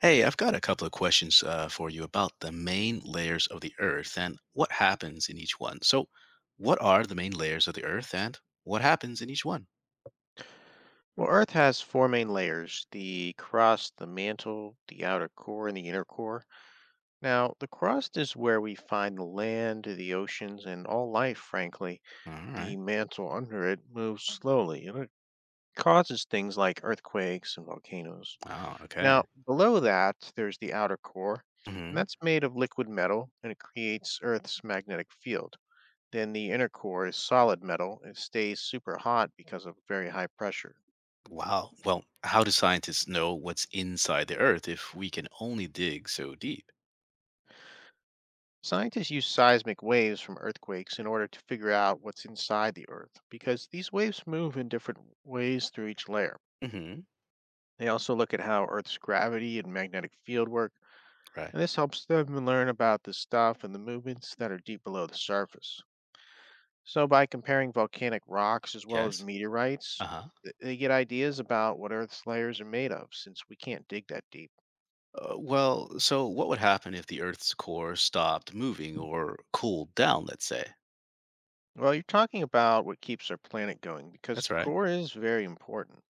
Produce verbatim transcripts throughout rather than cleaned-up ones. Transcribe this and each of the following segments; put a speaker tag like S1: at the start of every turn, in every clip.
S1: Hey, I've got a couple of questions uh, for you about the main layers of the Earth and what happens in each one. So, what are the main layers of the Earth and what happens in each one?
S2: Well, Earth has four main layers the crust, the mantle, the outer core, and the inner core. Now, the crust is where we find the land, the oceans, and all life, frankly.
S1: All
S2: The
S1: right.
S2: mantle under it moves slowly, and it causes things like earthquakes and volcanoes.
S1: Oh, okay.
S2: Now, below that, there's the outer core, and
S1: Mhm.
S2: that's made of liquid metal, and it creates Earth's magnetic field. Then the inner core is solid metal. It stays super hot because of very high pressure.
S1: Wow. Well, how do scientists know what's inside the Earth if we can only dig so deep?
S2: Scientists use seismic waves from earthquakes in order to figure out what's inside the Earth because these waves move in different ways through each layer.
S1: Hmm.
S2: They also look at how Earth's gravity and magnetic field work,
S1: Right.
S2: and this helps them learn about the stuff and the movements that are deep below the surface. So, by comparing volcanic rocks as well as
S1: Yes.
S2: meteorites,
S1: Uh huh.
S2: th- they get ideas about what Earth's layers are made of since we can't dig that deep.
S1: Uh, well, so what would happen if the Earth's core stopped moving or cooled down? Let's say.
S2: Well, you're talking about what keeps our planet going because
S1: That's
S2: the
S1: right.
S2: core is very important.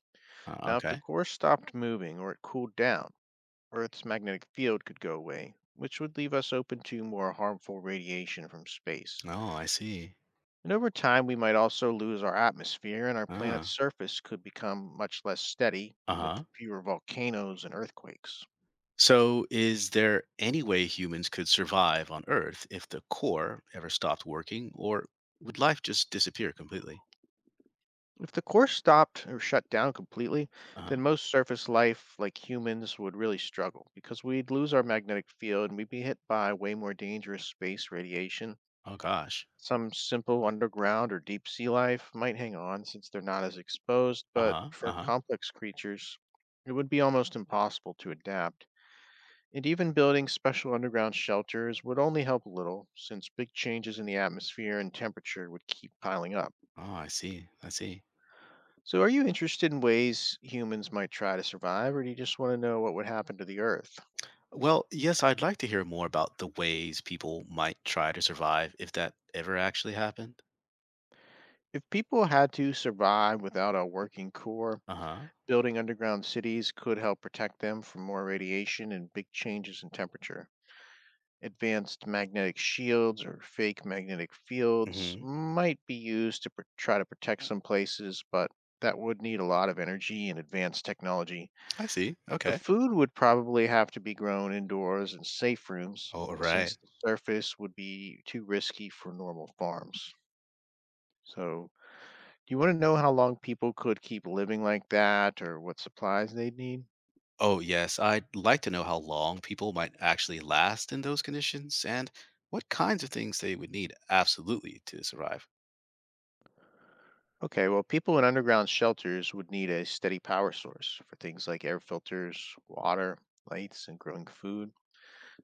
S1: Uh,
S2: Now, if the
S1: okay.
S2: core stopped moving or it cooled down, Earth's magnetic field could go away, which would leave us open to more harmful radiation from space.
S1: Oh, I see.
S2: And over time, we might also lose our atmosphere, and our planet's
S1: Ah.
S2: surface could become much less steady
S1: Uh
S2: with
S1: huh.
S2: fewer volcanoes and earthquakes.
S1: So, is there any way humans could survive on Earth if the core ever stopped working, or would life just disappear completely?
S2: If the core stopped or shut down completely,
S1: Uh
S2: then
S1: huh.
S2: most surface life, like humans, would really struggle because we'd lose our magnetic field and we'd be hit by way more dangerous space radiation.
S1: Oh gosh.
S2: Some simple underground or deep sea life might hang on since they're not as exposed,
S1: Uh
S2: but
S1: huh. Uh
S2: for
S1: huh.
S2: complex creatures, it would be almost impossible to adapt. And even building special underground shelters would only help a little, since big changes in the atmosphere and temperature would keep piling up.
S1: Oh, I see. I see.
S2: So, are you interested in ways humans might try to survive, or do you just want to know what would happen to the Earth?
S1: Well, yes, I'd like to hear more about the ways people might try to survive if that ever actually happened.
S2: If people had to survive without a working core,
S1: Uh huh.
S2: building underground cities could help protect them from more radiation and big changes in temperature. Advanced magnetic shields or fake magnetic fields
S1: Mm-hmm.
S2: might be used to pr- try to protect some places, but that would need a lot of energy and advanced technology.
S1: I see.
S2: The
S1: Okay.
S2: food would probably have to be grown indoors in safe rooms,
S1: All right.
S2: since the surface would be too risky for normal farms. So, do you want to know how long people could keep living like that or what supplies they'd need?
S1: Oh, yes, I'd like to know how long people might actually last in those conditions and what kinds of things they would need absolutely to survive.
S2: Okay, well, people in underground shelters would need a steady power source for things like air filters, water, lights, and growing food.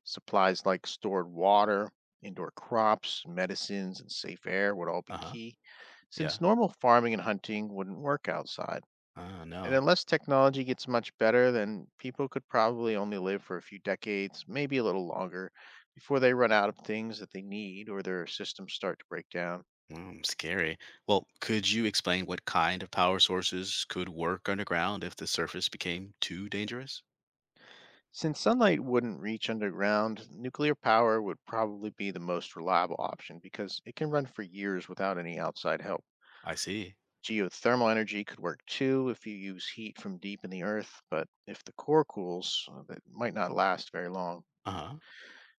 S2: Supplies like stored water, indoor crops, medicines, and safe air would all be
S1: Uh huh.
S2: key,
S1: Yeah.
S2: since normal farming and hunting wouldn't work outside.
S1: Oh,
S2: And
S1: no.
S2: unless technology gets much better, then people could probably only live for a few decades, maybe a little longer, before they run out of things that they need or their systems start to break down.
S1: Mm, scary. Well, could you explain what kind of power sources could work underground if the surface became too dangerous?
S2: Since sunlight wouldn't reach underground, nuclear power would probably be the most reliable option because it can run for years without any outside help.
S1: I see.
S2: Geothermal energy could work too if you use heat from deep in the earth, but if the core cools, uh, that might not last very long.
S1: Uh huh.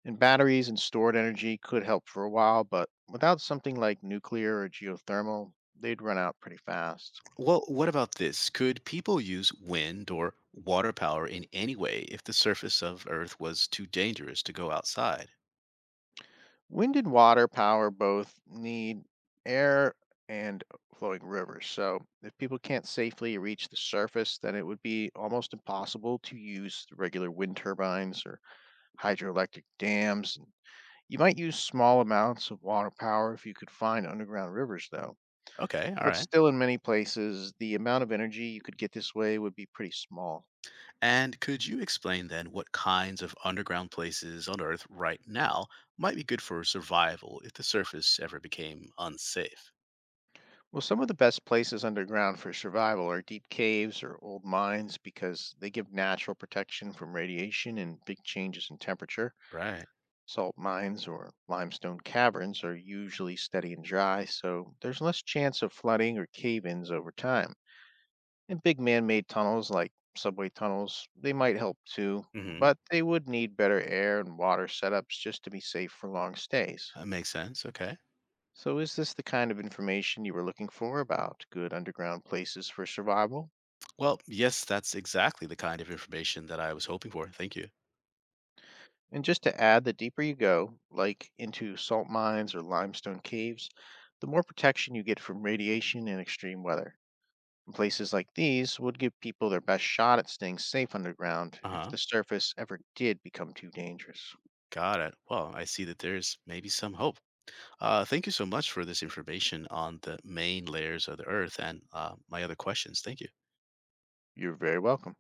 S2: And batteries and stored energy could help for a while, but without something like nuclear or geothermal, they'd run out pretty fast.
S1: Well, what about this? Could people use wind or water power in any way if the surface of Earth was too dangerous to go outside?
S2: Wind and water power both need air and flowing rivers. So, if people can't safely reach the surface, then it would be almost impossible to use the regular wind turbines or hydroelectric dams. And you might use small amounts of water power if you could find underground rivers, though.
S1: Okay, all
S2: But
S1: right.
S2: still, in many places, the amount of energy you could get this way would be pretty small.
S1: And could you explain then what kinds of underground places on Earth right now might be good for survival if the surface ever became unsafe?
S2: Well, some of the best places underground for survival are deep caves or old mines because they give natural protection from radiation and big changes in temperature.
S1: Right.
S2: Salt mines or limestone caverns are usually steady and dry, so there's less chance of flooding or cave ins over time. And big man made tunnels like subway tunnels, they might help too,
S1: Mm-hmm.
S2: but they would need better air and water setups just to be safe for long stays.
S1: That makes sense. Okay.
S2: So, is this the kind of information you were looking for about good underground places for survival?
S1: Well, yes, that's exactly the kind of information that I was hoping for. Thank you.
S2: And just to add, the deeper you go, like into salt mines or limestone caves, the more protection you get from radiation and extreme weather. And places like these would give people their best shot at staying safe underground
S1: Uh
S2: if
S1: huh.
S2: the surface ever did become too dangerous.
S1: Got it. Well, I see that there's maybe some hope. Uh, thank you so much for this information on the main layers of the Earth and uh, my other questions. Thank you.
S2: You're very welcome.